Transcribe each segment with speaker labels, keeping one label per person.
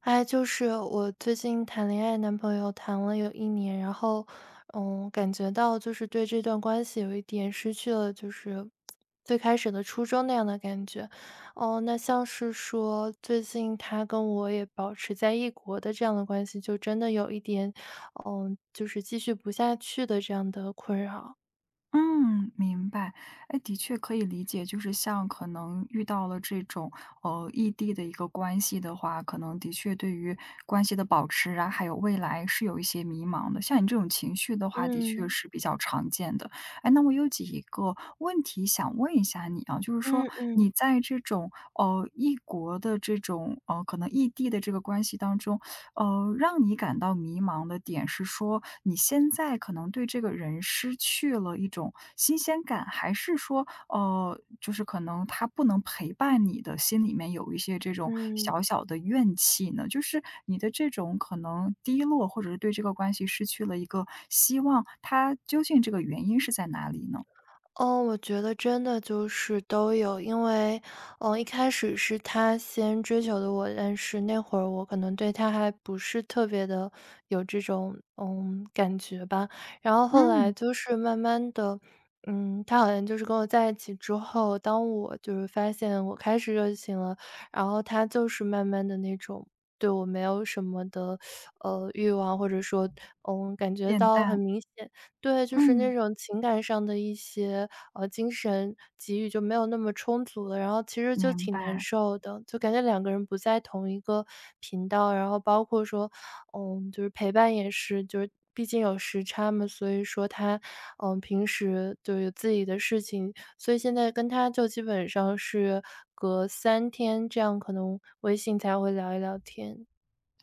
Speaker 1: 哎，就是我最近谈恋爱，男朋友谈了有一年，然后，感觉到就是对这段关系有一点失去了就是最开始的初衷那样的感觉。哦，那像是说最近他跟我也保持在异国的这样的关系，就真的有一点，就是继续不下去的这样的困扰。
Speaker 2: 嗯，明白。哎，的确可以理解，就是像可能遇到了这种异地的一个关系的话，可能的确对于关系的保持啊，还有未来是有一些迷茫的。像你这种情绪的话，的确
Speaker 1: 嗯，
Speaker 2: 是比较常见的。哎，那我有几个问题想问一下你啊，就是说
Speaker 1: 嗯嗯
Speaker 2: 你在这种异国的这种可能异地的这个关系当中，让你感到迷茫的点是说，你现在可能对这个人失去了一种新鲜感，还是说，就是可能他不能陪伴你的心里面有一些这种
Speaker 1: 嗯。
Speaker 2: 小小的怨气呢？就是你的这种可能低落，或者是对这个关系失去了一个希望，它究竟这个原因是在哪里呢？
Speaker 1: 哦，我觉得真的就是都有，因为，一开始是他先追求的我，但是那会儿我可能对他还不是特别的有这种，感觉吧。然后后来
Speaker 2: 嗯，
Speaker 1: 就是慢慢的，他好像就是跟我在一起之后，当我就是发现我开始热情了，然后他就是慢慢的那种对我没有什么的，欲望，或者说，感觉
Speaker 2: 变
Speaker 1: 到很
Speaker 2: 淡，
Speaker 1: 明显。对，就是
Speaker 2: 嗯，
Speaker 1: 那种情感上的一些，精神给予就没有那么充足了，然后其实就
Speaker 2: 明
Speaker 1: 挺难
Speaker 2: 白。
Speaker 1: 受的，就感觉两个人不在同一个频道。然后包括说，就是陪伴也是，就是毕竟有时差嘛，所以说他，平时就有自己的事情，所以现在跟他就基本上是隔三天这样，可能微信才会聊一聊天。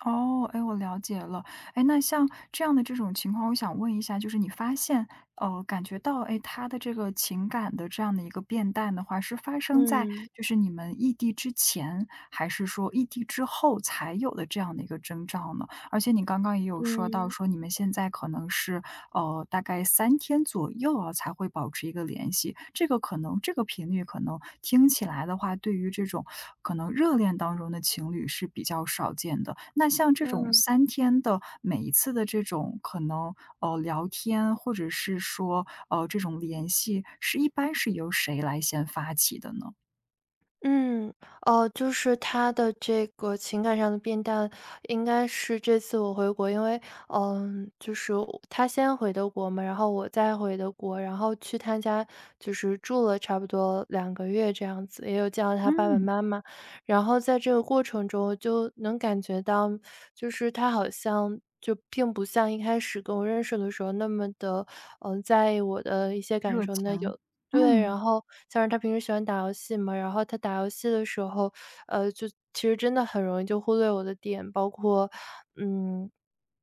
Speaker 2: 哦，哎，我了解了。哎，那像这样的这种情况，我想问一下，就是你发现，感觉到，哎，他的这个情感的这样的一个变淡的话，是发生在
Speaker 1: 嗯，
Speaker 2: 就是你们异地之前，还是说异地之后才有的这样的一个征兆呢？而且你刚刚也有说到，
Speaker 1: 嗯，
Speaker 2: 说你们现在可能是大概三天左右啊，才会保持一个联系。这个可能这个频率可能听起来的话，对于这种可能热恋当中的情侣是比较少见的。那像这种
Speaker 1: 嗯。
Speaker 2: 三天的每一次的这种可能，聊天或者是说，这种联系是一般是由谁来先发起的呢？
Speaker 1: 嗯，哦，就是他的这个情感上的变淡，应该是这次我回国，因为，就是他先回的国嘛，然后我再回的国，然后去他家就是住了差不多2个月这样子，也有见到他爸爸
Speaker 2: 嗯，
Speaker 1: 妈妈。然后在这个过程中，我就能感觉到，就是他好像就并不像一开始跟我认识的时候那么的，在意我的一些感
Speaker 2: 热
Speaker 1: 受。
Speaker 2: 情。
Speaker 1: 对，
Speaker 2: 嗯，
Speaker 1: 然后加上他平时喜欢打游戏嘛，然后他打游戏的时候，就其实真的很容易就忽略我的点，包括，嗯，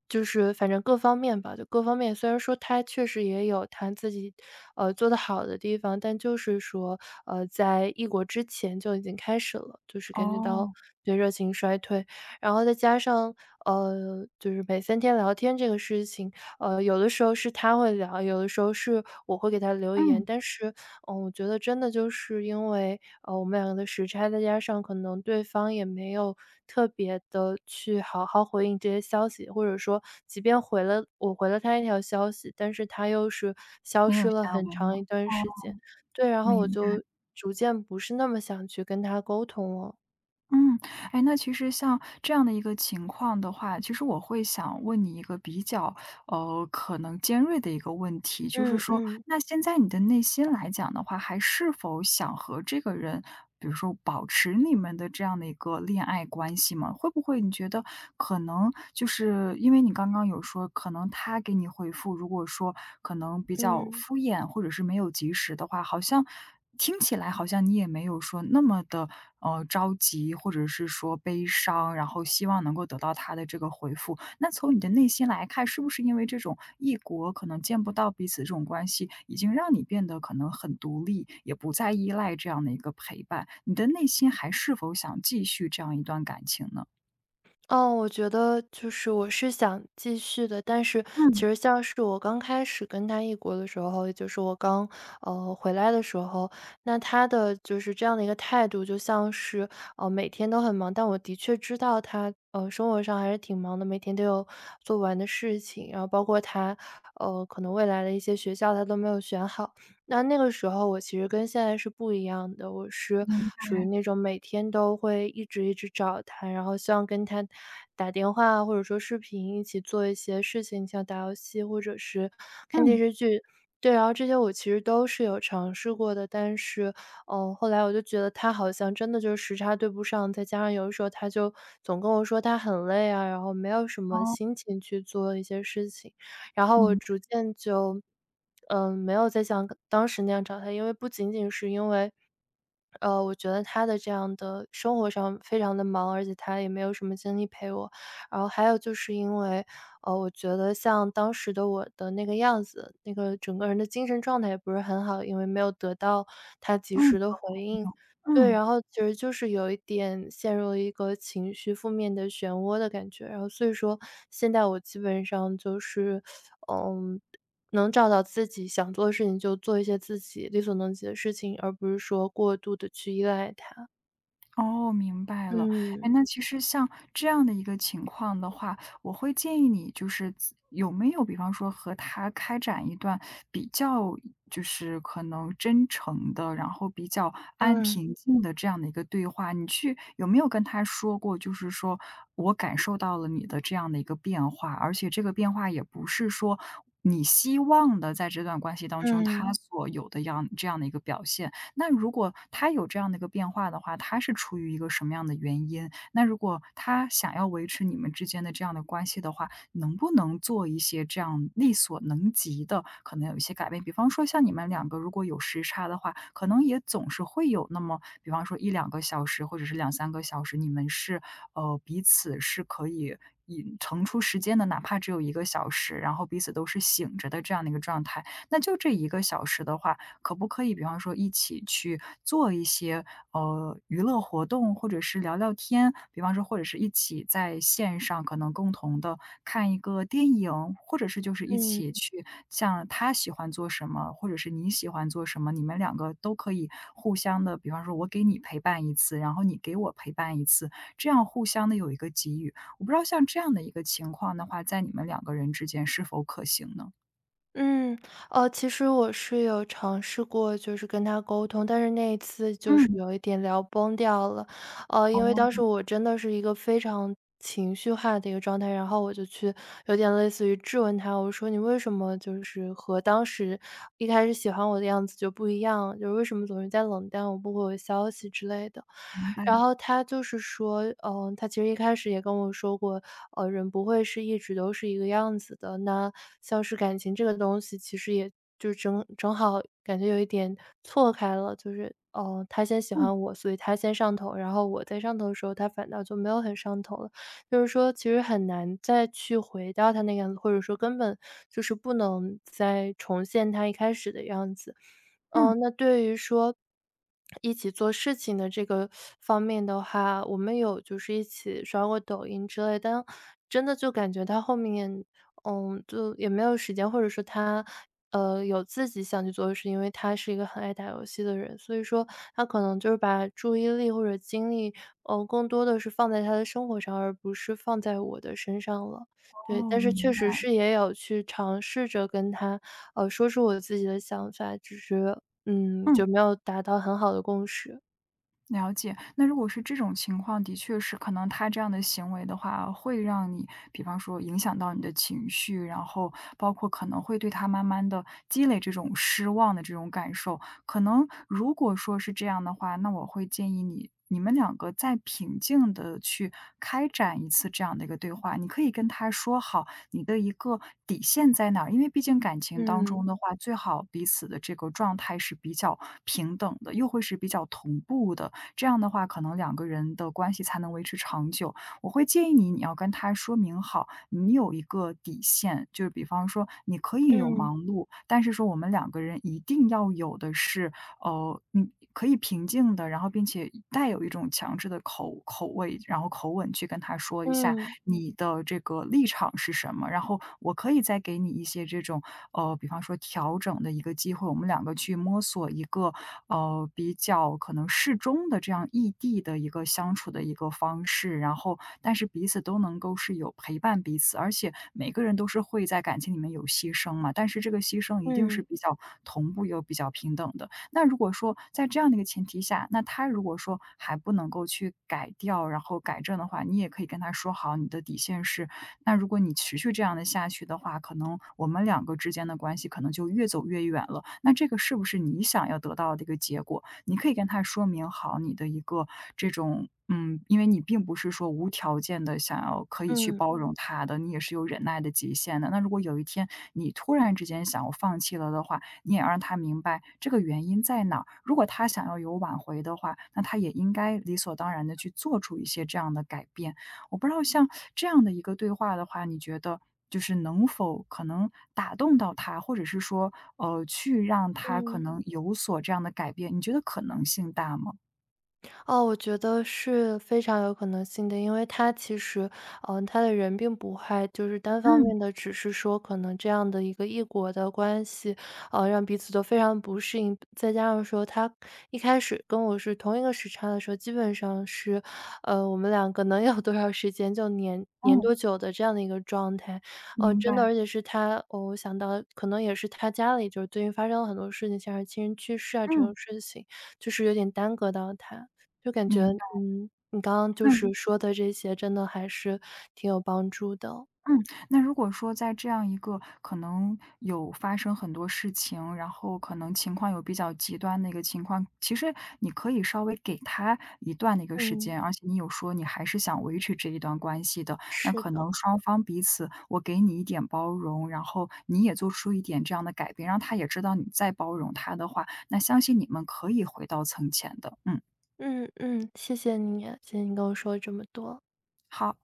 Speaker 1: 就是反正各方面吧，就各方面。虽然说他确实也有他自己，做得好的地方，但就是说，在异国之前就已经开始了，就是感觉到，
Speaker 2: 哦，
Speaker 1: 对，热情衰退。然后再加上，就是每三天聊天这个事情，有的时候是他会聊，有的时候是我会给他留言，
Speaker 2: 嗯，
Speaker 1: 但是我觉得真的就是因为，我们两个的时差，再加上可能对方也没有特别的去好好回应这些消息，或者说即便回了我回了他一条消息，但是他又是消
Speaker 2: 没有
Speaker 1: 失了
Speaker 2: 下
Speaker 1: 很
Speaker 2: 文了。
Speaker 1: 长一段时
Speaker 2: 哦，
Speaker 1: 间。对，然后我
Speaker 2: 明白。
Speaker 1: 就逐渐不是那么想去跟他沟通了。
Speaker 2: 嗯，哎，那其实像这样的一个情况的话，其实我会想问你一个比较可能尖锐的一个问题，就是
Speaker 1: 嗯
Speaker 2: 说，
Speaker 1: 嗯，
Speaker 2: 那现在你的内心来讲的话，还是否想和这个人，比如说保持你们的这样的一个恋爱关系吗？会不会你觉得可能就是因为你刚刚有说，可能他给你回复，如果说可能比较
Speaker 1: 嗯。
Speaker 2: 敷衍或者是没有及时的话，好像听起来好像你也没有说那么的着急，或者是说悲伤，然后希望能够得到他的这个回复。那从你的内心来看，是不是因为这种异国可能见不到彼此这种关系，已经让你变得可能很独立，也不再依赖这样的一个陪伴？你的内心还是否想继续这样一段感情呢？
Speaker 1: 哦，我觉得就是我是想继续的，但是其
Speaker 2: 嗯，
Speaker 1: 实像是我刚开始跟他异国的时候，也就是我刚回来的时候，那他的就是这样的一个态度，就像是每天都很忙，但我的确知道他生活上还是挺忙的，每天都有做不完的事情，然后包括他可能未来的一些学校他都没有选好，那那个时候我其实跟现在是不一样的，我是
Speaker 2: 明
Speaker 1: 属于那种每天都会一直一直找他，然后希望跟他打电话或者说视频一起做一些事情，像打游戏或者是看电
Speaker 2: 嗯，
Speaker 1: 视剧。对，然后这些我其实都是有尝试过的，但是，后来我就觉得他好像真的就是时差对不上，再加上有的时候他就总跟我说他很累啊，然后没有什么
Speaker 2: 哦，
Speaker 1: 心情去做一些事情。然后我
Speaker 2: 明
Speaker 1: 逐渐就，没有再像当时那样找他，因为不仅仅是因为，我觉得他的这样的生活上非常的忙，而且他也没有什么精力陪我。然后还有就是因为，我觉得像当时的我的那个样子，那个整个人的精神状态也不是很好，因为没有得到他及
Speaker 2: 嗯，
Speaker 1: 时的回
Speaker 2: 有
Speaker 1: 应。
Speaker 2: 朋
Speaker 1: 对，
Speaker 2: 嗯。
Speaker 1: 然后其实就是有一点陷入了一个情绪负面的漩涡的感觉，然后所以说现在我基本上就是嗯，能找到自己想做的事情，就做一些自己力所能及的事情，而不是说过度的去依赖他。
Speaker 2: 哦，明白了。哎，
Speaker 1: 嗯，
Speaker 2: 那其实像这样的一个情况的话，我会建议你就是自有没有比方说和他开展一段比较就是可能真诚的，然后比较安
Speaker 1: 嗯，
Speaker 2: 平静的这样的一个对话，你去有没有跟他说过，就是说我感受到了你的这样的一个变化，而且这个变化也不是说你希望的在这段关系当中他
Speaker 1: 嗯，
Speaker 2: 所有的样这样的一个表现，那如果他有这样的一个变化的话，他是出于一个什么样的原因？那如果他想要维持你们之间的这样的关系的话，能不能做一些这样力所能及的，可能有一些改变？比方说像你们两个如果有时差的话，可能也总是会有那么，比方说一两个小时或者是两三个小时，你们是，彼此是可以以腾出时间的，哪怕只有一个小时，然后彼此都是醒着的这样的一个状态。那就这一个小时的话，可不可以比方说一起去做一些，娱乐活动，或者是聊聊天？比方说或者是一起在线上可能共同的看一个电影，或者是就是一起
Speaker 1: 嗯。
Speaker 2: 去像他喜欢做什么，或者是你喜欢做什么，你们两个都可以互相的，比方说我给你陪伴一次，然后你给我陪伴一次，这样互相的有一个给予。我不知道像这样的一个情况的话，在你们两个人之间是否可行呢？
Speaker 1: 嗯，其实我是有尝试过，就是跟他沟通，但是那一次就是
Speaker 2: 嗯。
Speaker 1: 有一点聊崩掉了。因为当时
Speaker 2: 哦，
Speaker 1: 我真的是一个非常情绪化的一个状态，然后我就去有点类似于质问他，我说：“你为什么就是和当时一开始喜欢我的样子就不一样？就是为什么总是在冷淡我、不回我消息之类的？”
Speaker 2: 明白，
Speaker 1: 然后他就是说，他其实一开始也跟我说过，人不会是一直都是一个样子的。那像是感情这个东西，其实也就是正正好感觉有一点错开了，就是，哦，他先喜
Speaker 2: 嗯，
Speaker 1: 欢我，所以他先上头，然后我在上头的时候，他反倒就没有很上头了。就是说，其实很难再去回到他那个样子，或者说根本就是不能再重现他一开始的样子。
Speaker 2: 嗯。
Speaker 1: 那对于说一起做事情的这个方面的话，我们有就是一起刷过抖音之类，但真的就感觉他后面，就也没有时间，或者说他，有自己想去做的事因为他是一个很爱打游戏的人，所以说他可能就是把注意力或者精力，更多的是放在他的生活上，而不是放在我的身上了。对，
Speaker 2: 哦，
Speaker 1: 但是
Speaker 2: 明
Speaker 1: 确实
Speaker 2: 白，
Speaker 1: 是也有去尝试着跟他，说出我自己的想法，只是
Speaker 2: 嗯，
Speaker 1: 就没有达到很好的共识。
Speaker 2: 了解，那如果是这种情况，的确是可能他这样的行为的话，会让你，比方说影响到你的情绪，然后包括可能会对他慢慢的积累这种失望的这种感受。可能如果说是这样的话，那我会建议你。你们两个再平静的去开展一次这样的一个对话，你可以跟他说好你的一个底线在哪儿，因为毕竟感情当中
Speaker 1: 嗯，
Speaker 2: 的话，最好彼此的这个状态是比较平等的，又会是比较同步的，这样的话，可能两个人的关系才能维持长久。我会建议你，你要跟他说明好，你有一个底线，就是比方说你可以有
Speaker 1: 嗯，
Speaker 2: 忙碌，但是说我们两个人一定要有的是你可以平静的，然后并且带有一种强制的口味，然后口吻去跟他说一下
Speaker 1: 嗯，
Speaker 2: 你的这个立场是什么，然后我可以再给你一些这种，比方说调整的一个机会，我们两个去摸索一个，比较可能适中的这样异地的一个相处的一个方式，然后但是彼此都能够是有陪伴彼此，而且每个人都是会在感情里面有牺牲嘛，但是这个牺牲一定是
Speaker 1: 嗯，
Speaker 2: 比较同步又比较平等的。那如果说在这样的一个前提下，那他如果说还不能够去改掉，然后改正的话，你也可以跟他说好你的底线是，那如果你持续这样的下去的话，可能我们两个之间的关系可能就越走越远了。那这个是不是你想要得到的一个结果？你可以跟他说明好你的一个这种。嗯，因为你并不是说无条件的想要可以去
Speaker 1: 嗯，
Speaker 2: 包容他的，你也是有忍耐的极限的。那如果有一天你突然之间想要放弃了的话，你也要让他明白这个原因在哪儿。如果他想要有挽回的话，那他也应该理所当然的去做出一些这样的改变。我不知道像这样的一个对话的话，你觉得就是能否可能打动到他，或者是说，去让他可
Speaker 1: 嗯。
Speaker 2: 能有所这样的改变，你觉得可能性大吗？
Speaker 1: 哦，我觉得是非常有可能性的，因为他其实，他的人并不坏，就是单方
Speaker 2: 嗯，
Speaker 1: 面的，只是说可能这样的一个异国的关系，让彼此都非常不适应。再加上说他一开始跟我是同一个时差的时候，基本上是，我们两个能有多少时间就黏黏
Speaker 2: 嗯
Speaker 1: 多久的这样的一个状态。哦，
Speaker 2: 明
Speaker 1: 真的，
Speaker 2: 白，
Speaker 1: 而且是他，哦，我想到可能也是他家里就是最近发生了很多事情，像是亲人去世啊这
Speaker 2: 嗯，
Speaker 1: 种事情，就是有点耽搁到他。就感觉，
Speaker 2: 明白，
Speaker 1: 你刚刚就
Speaker 2: 那如
Speaker 1: 是说的这些真的还是挺有帮助的。
Speaker 2: 嗯，那如果说在这样一个可能有发生很多事情，然后可能情况有比较极端的一个情况，其实你可以稍微给他一段的一个时
Speaker 1: 嗯，
Speaker 2: 间，而且你有说你还是想维持这一段关系的，那
Speaker 1: 是
Speaker 2: 可
Speaker 1: 的，
Speaker 2: 能双方彼此，我给你一点包容，然后你也做出一点这样的改变，让他也知道你在包容他的话，那相信你们可以回到从前的。嗯，
Speaker 1: 嗯嗯，谢谢你，谢谢你跟我说了这么多。
Speaker 2: 好。